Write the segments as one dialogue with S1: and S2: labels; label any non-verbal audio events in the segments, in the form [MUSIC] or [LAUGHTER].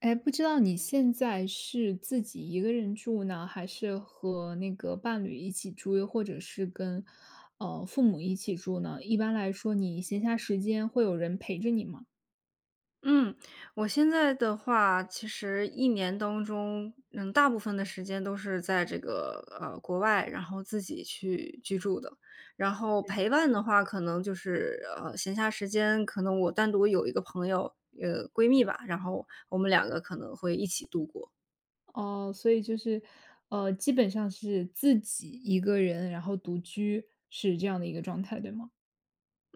S1: 哎，不知道你现在是自己一个人住呢，还是和那个伴侣一起住，又或者是跟父母一起住呢？一般来说，你闲暇时间会有人陪着你吗？
S2: 嗯，我现在的话，其实一年当中，大部分的时间都是在这个国外，然后自己去居住的。然后陪伴的话，可能就是闲暇时间，可能我单独有一个朋友，闺蜜吧，然后我们两个可能会一起度过。
S1: 哦，所以就是基本上是自己一个人，然后独居是这样的一个状态，对吗？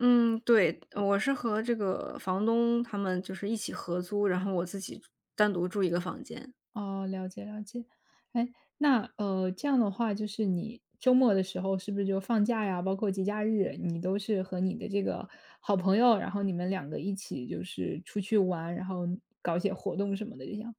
S2: 嗯，对，我是和这个房东他们就是一起合租，然后我自己单独住一个房间。
S1: 哦，了解了解。哎，那这样的话，就是你周末的时候，是不是就放假呀，包括节假日，你都是和你的这个好朋友，然后你们两个一起就是出去玩，然后搞一些活动什么的，这样。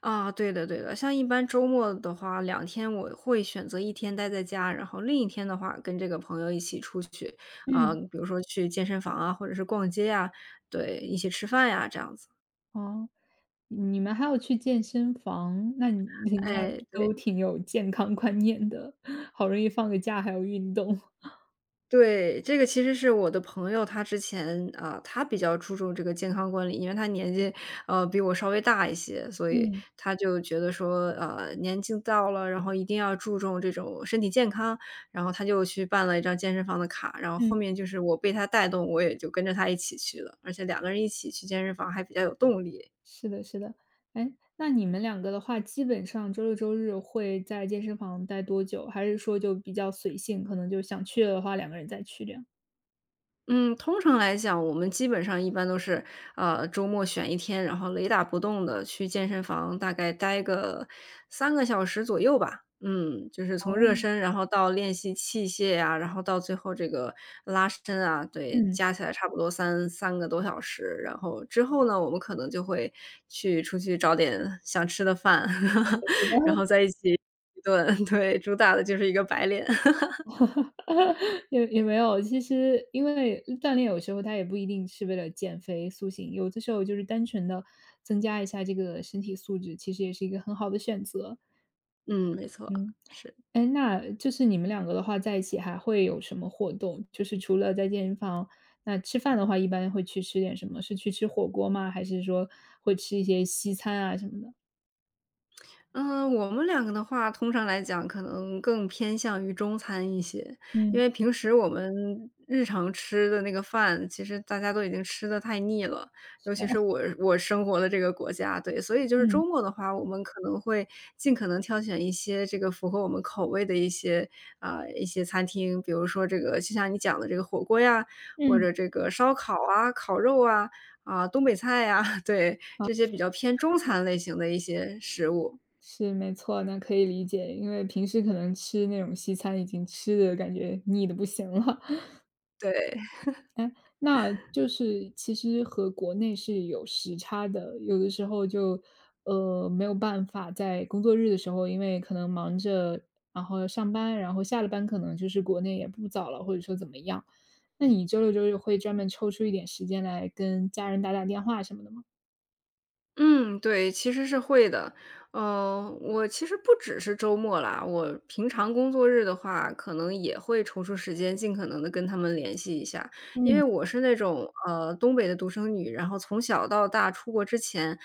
S2: 啊，对的对的，像一般周末的话两天我会选择一天待在家，然后另一天的话跟这个朋友一起出去，啊，
S1: 嗯。
S2: 比如说去健身房啊，或者是逛街呀，对，一起吃饭呀，这样子。
S1: 哦，你们还要去健身房，那你那
S2: 哎，
S1: 都
S2: 对。
S1: 挺有健康观念的，[LAUGHS] 好容易放个假还要运动。[LAUGHS]
S2: 对，这个其实是我的朋友，他之前啊，他比较注重这个健康管理，因为他年纪比我稍微大一些，所以
S1: 嗯
S2: 他就觉得说，年纪到了，然后一定要注重这种身体健康，然后他就去办了一张健身房的卡，然后
S1: 嗯。
S2: 后面就是我被他带动，我也就跟着他一起去了，而且两个人一起去健身房还比较有动力。
S1: 是的，是的。哎，那你们两个的话，基本上周六周日会在健身房待多久？还是说就比较随性，可能就想去的话，两个人再去这样？
S2: 嗯，通常来讲，我们基本上一般都是，周末选一天，然后雷打不动的去健身房，大概待个3个小时左右吧。嗯，就是从热
S1: 哦。
S2: 身，然后到练习器械呀，然后到最后这个拉伸啊，对，
S1: 嗯，
S2: 加起来差不多三个多小时。然后之后呢，我们可能就会去出去找点想吃的饭，[LAUGHS] 然后在一起一顿，[LAUGHS] 对，主打的就是一个白脸。
S1: [LAUGHS] 也没有。其实因为锻炼有时候它也不一定是为了减肥塑形，有的时候就是单纯的增加一下这个身体素质，其实也是一个很好的选择，
S2: [LAUGHS] 嗯，没错，
S1: 嗯。
S2: 是。
S1: 哎，那就是你们两个的话，在一起还会有什么活动？就是除了在健身房，那吃饭的话，一般会去吃点什么？是去吃火锅吗？还是说会吃一些西餐啊什么的？
S2: 嗯，我们两个的话，通常来讲可能更偏向于中餐一些，因
S1: 嗯，
S2: 为平时我们日常吃的那个饭，其实大家都已经吃的太腻了，
S1: 是
S2: 尤
S1: 的，
S2: 其是我生活的这个国家，对，所以就是
S1: 嗯
S2: 周末的话，我们可能会尽可能挑选一些这个符合我们口味的一些啊、一些餐厅，比如说这个就像你讲的这个火锅呀，或
S1: 嗯。
S2: 者这个烧烤啊、烤肉啊、啊、东北菜呀，[LAUGHS] 对，这些比较偏中餐类型的一些食物。
S1: 是，没错，那可以理解，因为平时可能吃那种西餐已经吃的感觉腻的不行了，
S2: 对，
S1: 那就是其实和国内是有时差的，有的时候就，没有办法在工作日的时候，因为可能忙着，然后上班，然后下了班可能就是国内也不早了，或者说怎么样。那你周六周日会专门抽出一点时间来跟家人打打电话什么的吗？
S2: 嗯，对，其实是会的。嗯，我其实不只是周末啦，我平常工作日的话，可能也会抽出时间尽可能的跟他们联系一下。因
S1: 嗯，
S2: 为我是那种，东北的独生女，然后从小到大出国之前，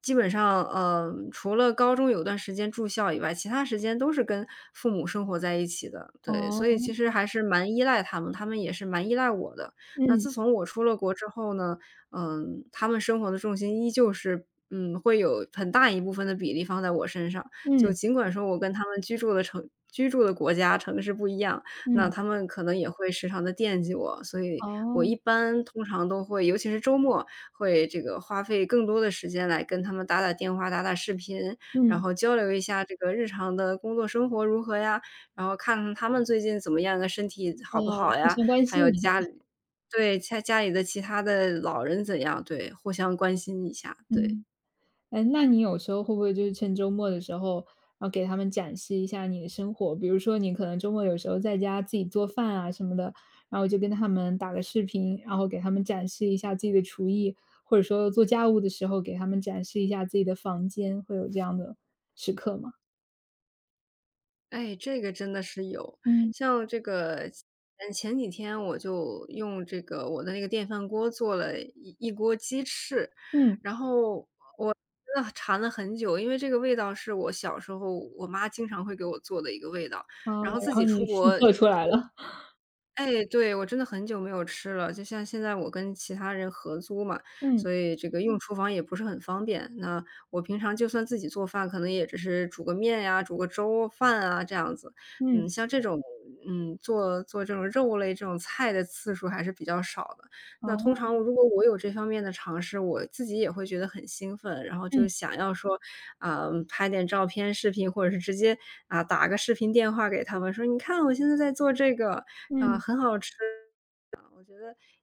S2: 基本上，除了高中有段时间住校以外，其他时间都是跟父母生活在一起的。对，
S1: 哦，
S2: 所以其实还是蛮依赖他们，他们也是蛮依赖我的。那
S1: 嗯，
S2: 自从我出了国之后呢，他们生活的重心依旧是会有很大一部分的比例放在我身上。就
S1: 嗯，
S2: 尽管说我跟他们居住的国家、城市不一样，那
S1: 嗯，
S2: 他们可能也会时常的惦记我，所以我
S1: 哦，
S2: 一般通常都会尤其是周末，会这个花费更多的时间来跟他们打打电话、打打视频，然
S1: 嗯，
S2: 后交流一下这个日常的工作生活如何呀，然后看看他们最近怎么样啊，身体
S1: 哦，
S2: 好不好
S1: 互
S2: 呀，
S1: 相关
S2: 还有
S1: 心一下，
S2: 家里对，家里的其他的老人怎样，对，互相关心一下，对。
S1: 嗯。哎，那你有时候会不会就是趁周末的时候，然后给他们展示一下你的生活？比如说你可能周末有时候在家自己做饭啊什么的，然后就跟他们打个视频，然后给他们展示一下自己的厨艺，或者说做家务的时候给他们展示一下自己的房间，会有这样的时刻吗？
S2: 哎，这个真的是有，
S1: 嗯，
S2: 像这个前几天我就用这个我的那个电饭锅做了一锅鸡翅，
S1: 嗯，
S2: 然后真的馋了很久，因为这个味道是我小时候我妈经常会给我做的一个味道，
S1: 哦，
S2: 然后
S1: 然
S2: 自
S1: 后
S2: 己出
S1: 你复
S2: 国。
S1: 刻出来了。[LAUGHS]
S2: 哎，对，我真的很久没有吃了，就像现在我跟其他人合租嘛，
S1: 嗯，
S2: 所以这个用厨房也不是很方便。那我平常就算自己做饭，可能也只是煮个面呀、煮个粥饭啊这样子。
S1: 嗯，
S2: 嗯，像这种做做这种肉类这种菜的次数还是比较少的。那通
S1: 哦，
S2: 常如果我有这方面的尝试，我自己也会觉得很兴奋，然后就
S1: 嗯，
S2: 想要说，啊，拍点照片、视频，或者是直接，啊，打个视频电话给他们，说："你看我现在在做这个，啊，
S1: 嗯。
S2: 很好吃。"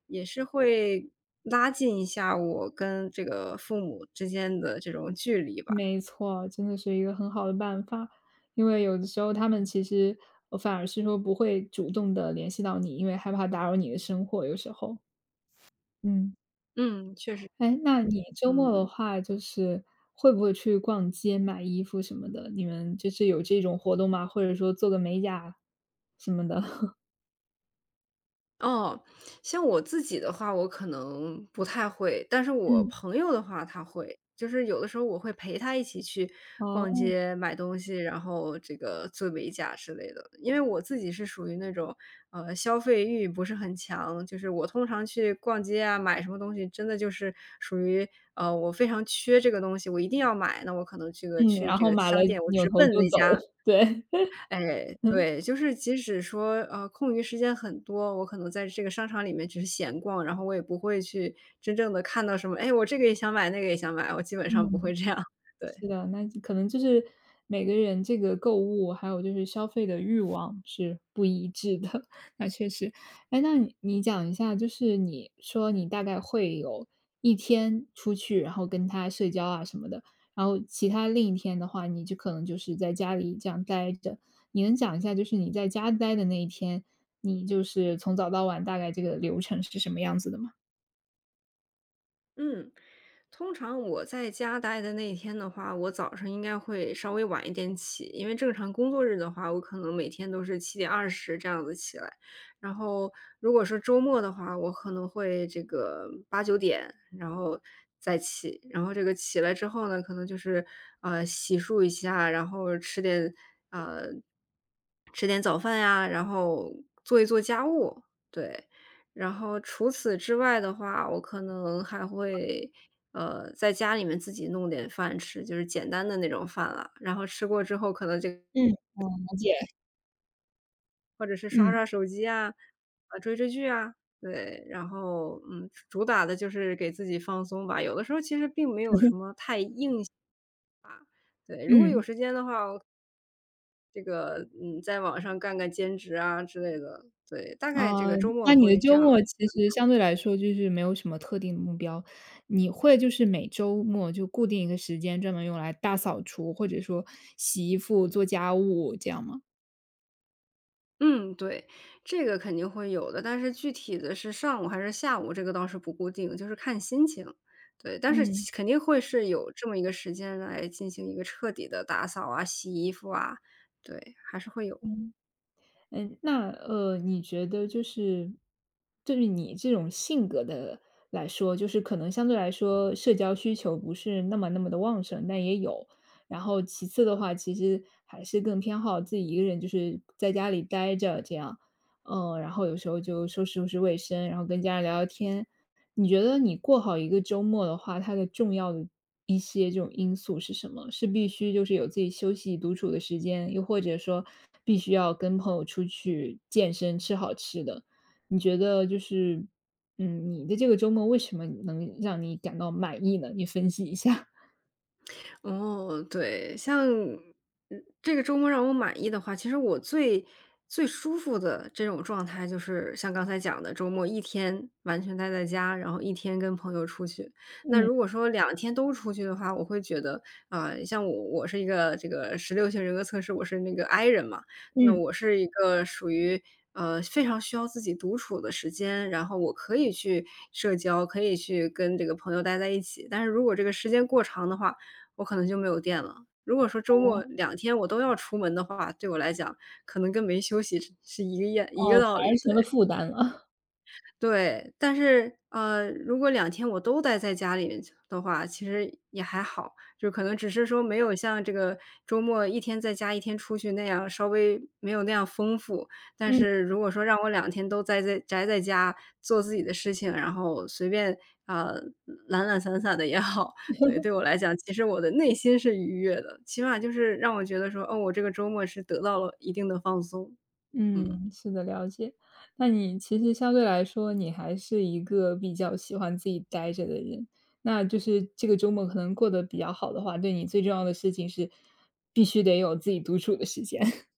S2: 也是会拉近一下我跟这个父母之间的这种距离吧。
S1: 没错，真的是一个很好的办法。因为有的时候他们其实，反而是说不会主动的联系到你，因为害怕打扰你的生活，有时候。嗯，
S2: 嗯，确实，
S1: 哎，那你周末的
S2: 嗯。
S1: 话，就是会不会去逛街买衣服什么的？你们就是有这种活动吗？或者说做个美甲什么的？[LAUGHS]
S2: 哦，像我自己的话，我可能不太会，但是我
S1: 嗯。
S2: 朋友的话他会。就是有的时候我会陪他一起去逛
S1: 哦，
S2: 街、买东西，然后这个做美甲之类的。因为我自己是属于那种，消费欲不是很强，就是我通常去逛街啊，买什么东西，真的就是属于，我非常缺这个东西，我一定要买，那我可能这个
S1: 嗯，
S2: 去
S1: 然
S2: 这
S1: 后
S2: 个
S1: 买了
S2: 商店，我
S1: 扭
S2: 直
S1: 头
S2: 奔
S1: 就
S2: 那
S1: 走，
S2: 家。
S1: [LAUGHS] 对，
S2: 哎，
S1: [LAUGHS] 嗯。
S2: 对，就是即使说，空余时间很多，我可能在这个商场里面只是闲逛，然后我也不会去真正的看到什么，哎，我这个也想买，那个也想买，我基本上不
S1: 嗯。
S2: 会这样，[LAUGHS] 对。
S1: 是的，那可能就是每个人这个购物，还有就是消费的欲望是不一致的，[LAUGHS] 那确实。哎，那你讲一下，就是你说你大概会有一天出去，然后跟他社交啊什么的，然后其他另一天的话，你就可能就是在家里这样待着。你能讲一下，就是你在家待的那一天，你就是从早到晚大概这个流程是什么样子的吗？
S2: 嗯，通常我在家待的那一天的话，我早上应该会稍微晚一点起，因为正常工作日的话，我可能每天都是7:20这样子起来。然后如果说周末的话，我可能会这个八九点，然后再起。然后这个起来之后呢，可能就是洗漱一下，然后呃吃点早饭呀，然后做一做家务，对。然后除此之外的话，我可能还会，在家里面自己弄点饭吃，就是简单的那种饭了。然后吃过之后，可能就
S1: 嗯。了解，
S2: 或者是刷
S1: 嗯
S2: 刷手机啊，啊，追追剧啊，对。然后，主打的就是给自己放松吧。有的时候其实并没有什么太硬性，对，如果有
S1: 嗯。
S2: 时间的话，这个，在网上干干兼职啊之类的，对，大概这
S1: 啊，
S2: 个周末
S1: 那你的
S2: 会这
S1: 周
S2: 样。
S1: 末其实相对来说就是没有什么特定的目标，你会就是每周末就固定一个时间专门用来大扫除，或者说洗衣服、做家务这样吗？
S2: 嗯，对，这个肯定会有的，但是具体的是上午还是下午，这个倒是不固定，就是看心情。对，但是
S1: 嗯。
S2: 肯定会是有这么一个时间来进行一个彻底的打扫啊、洗衣服啊，对，还是会有。
S1: 嗯，那你觉得就是对于你这种性格的来说，就是可能相对来说社交需求不是那么的旺盛，但也有。然后其次的话，其实还是更偏好自己一个人，就是在家里待着这样。嗯，然后有时候就收拾收拾卫生，然后跟家人聊聊天，你觉得你过好一个周末的话，它的重要的一些这种因素是什么？是必须就是有自己休息独处的时间，又或者说必须要跟朋友出去健身、吃好吃的？你觉得就是，嗯，你的这个周末为什么能让你感到满意呢？你分析一下。[LAUGHS]
S2: 哦，对，像这个周末让我满意的话，其实我最最舒服的这种状态，就是像刚才讲的，周末一天完全待在家，然后一天跟朋友出去。那
S1: 嗯
S2: 如果说两天都出去的话，我会觉得，啊、像我是一个这个16型人格测试，我是那个 I 人嘛，那
S1: 嗯，
S2: 我是一个属于。非常需要自己独处的时间，然后我可以去社交，可以去跟这个朋友待在一起。但是如果这个时间过长的话，我可能就没有电了。如果说周末两天我都要出门的话，对我来讲，可能跟没休息是一个样一个
S1: 哦，
S2: 道
S1: 反而
S2: 理，
S1: 成了
S2: 对。
S1: 负担了。
S2: 对，但是，如果两天我都待在家里的话，其实也还好，就可能只是说没有像这个周末一天在家一天出去那样稍微没有那样丰富。
S1: [LAUGHS]
S2: 但
S1: 嗯。
S2: 是如果说让我两天都宅在家做自己的事情，然后随便，啊懒懒散散的也好。对，对我来讲，其实我的内心是愉悦的，起码就是让我觉得说，哦，我这个周末是得到了一定的放松，嗯。
S1: 嗯，是的，了解。那你其实相对来说，你还是一个比较喜欢自己待着的人。那就是这个周末可能过得比较好的话，对你最重要的事情是，必须得有自己独处的时间。[LAUGHS]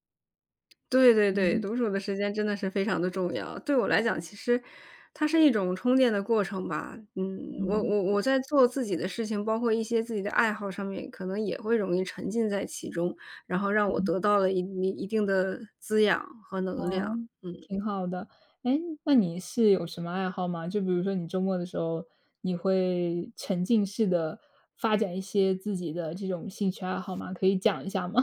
S2: 对对对，
S1: 嗯
S2: 独处的时间真的是非常的重要。对我来讲，其实它是一种充电的过程吧。嗯，我
S1: 嗯，
S2: 我我在做自己的事情，包括一些自己的爱好上面，可能也会容易沉浸在其中，然后让我
S1: 嗯。
S2: 得到了一定的滋养和能
S1: 哦，
S2: 量，嗯。
S1: 挺好的。哎，那你是有什么爱好吗？就比如说你周末的时候，你会沉浸式的发展一些自己的这种兴趣爱好吗？可以讲一下吗？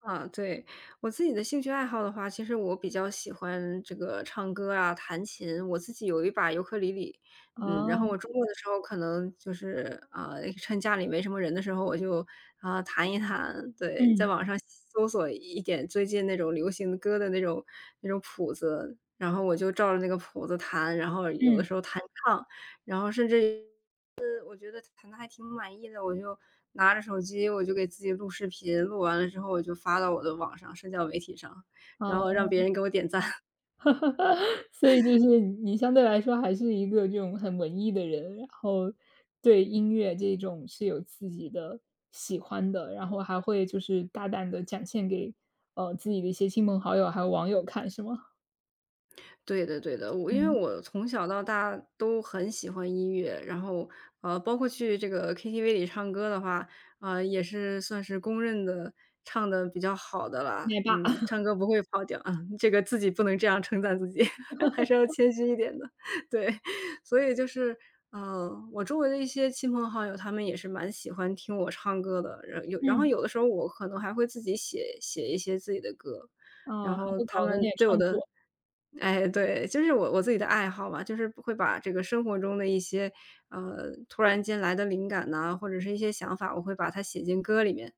S2: 对，我自己的兴趣爱好的话，其实我比较喜欢这个唱歌啊、弹琴。我自己有一把尤克里里。
S1: [LAUGHS]
S2: 嗯，然后
S1: 哦，
S2: 我周末的时候可能就是趁家里没什么人的时候，我就弹一弹。对，在
S1: 嗯，
S2: 网上搜索一点最近那种流行歌的那种谱子，然后我就照着那个谱子弹，然后有的
S1: 嗯，
S2: 时候弹唱，然后甚至我觉得谈的还挺满意的，我就拿着手机，我就给自己录视频，录完了之后我就发到我的网上社交媒体上，然后
S1: 好。
S2: 让别人给我点赞。
S1: [LAUGHS] 所以就是你相对来说还是一个这种很文艺的人，然后对音乐这种是有自己的喜欢的，然后还会就是大胆的展现给，自己的一些亲朋好友还有网友看是吗？
S2: 对的对的，我因为
S1: 嗯，
S2: 我从小到大都很喜欢音乐，然后，包括去这个 KTV 里唱歌的话，啊，也是算是公认的唱的比较好的啦。
S1: 奶爸，
S2: 嗯，
S1: [LAUGHS]
S2: 唱歌不会跑调啊，[LAUGHS] 这个自己不能这样称赞自己，[LAUGHS] 还是要谦虚一点的，[LAUGHS] 对。所以就是，嗯，我周围的一些亲朋好友，他们也是蛮喜欢听我唱歌的，然后有然后
S1: 嗯，
S2: 有的时候我可能还会自己写写一些自己的歌。然
S1: 哦，还
S2: 后
S1: 会
S2: 他
S1: 搞个
S2: 们
S1: 点
S2: 对我
S1: 创
S2: 的
S1: 作，
S2: 哎，对，就是我自己的爱好吧，就是会把这个生活中的一些，突然间来的灵感呐，或者是一些想法，我会把它写进歌里面，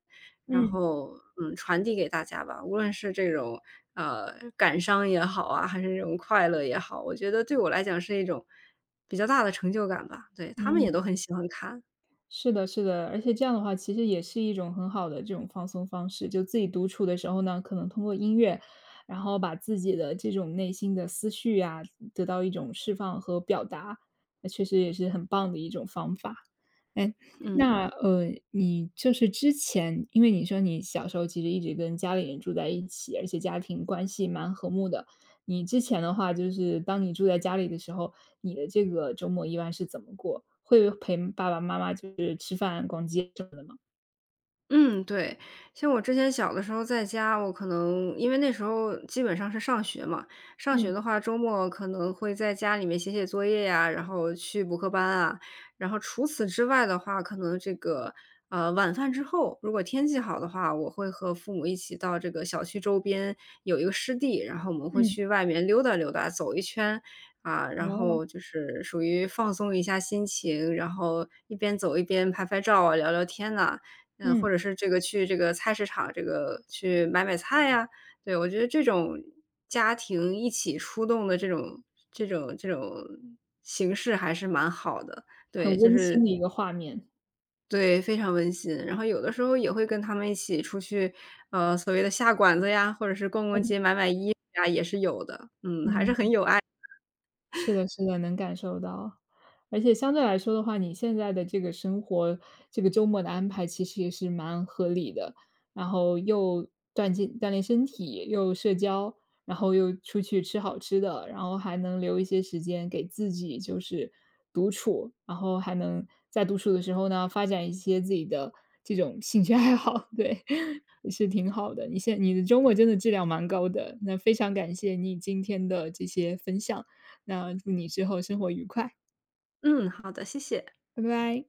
S2: 然
S1: 嗯，
S2: 后，嗯，传递给大家吧。无论是这种，感伤也好啊，还是这种快乐也好，我觉得对我来讲是一种比较大的成就感吧。对，他们也
S1: 嗯。
S2: 都很喜欢看，
S1: 是的，是的，而且这样的话，其实也是一种很好的这种放松方式。就自己独处的时候呢，可能通过音乐，然后把自己的这种内心的思绪啊，得到一种释放和表达，那确实也是很棒的一种方法。哎，
S2: 嗯。
S1: 那你就是之前，因为你说你小时候其实一直跟家里人住在一起，而且家庭关系蛮和睦的。你之前的话，就是当你住在家里的时候，你的这个周末一般是怎么过？会陪爸爸妈妈就是吃饭、逛街什么的？
S2: 嗯，对，像我之前小的时候在家，我可能因为那时候基本上是上学嘛。上学
S1: 嗯
S2: 的话，周末可能会在家里面写写作业呀，然后去补课班啊，然后除此之外的话，可能这个晚饭之后，如果天气好的话，我会和父母一起到这个小区周边有一个湿地，然后我们会
S1: 嗯，
S2: 去外面溜达溜达，走一圈啊，然
S1: 哦，
S2: 后就是属于放松一下心情，然后一边走一边拍拍照啊，聊聊天呐。嗯，或
S1: 嗯，
S2: 者是这个去这个菜市场，这个去买买菜呀。对，我觉得这种家庭一起出动的这种形式还是蛮好的。对，
S1: 很
S2: 就
S1: 温
S2: 是
S1: 馨的一个画面。
S2: 对，非常温馨。然后有的时候也会跟他们一起出去，所谓的下馆子呀，或者是逛逛
S1: 嗯
S2: 街、买买衣服呀，也是有的。嗯，还是很
S1: 嗯。
S2: 有爱。
S1: 是的，是的，能感受到。而且相对来说的话，你现在的这个生活，这个周末的安排其实也是蛮合理的。然后又锻进锻炼身体，又社交，然后又出去吃好吃的，然后还能留一些时间给自己，就是独处。然后还能在独处的时候呢，发展一些自己的这种兴趣爱好，对，[LAUGHS] 也是挺好的。你的周末真的质量蛮高的，那非常感谢你今天的这些分享。那祝你之后生活愉快，
S2: 嗯，好的，谢谢。
S1: 拜拜。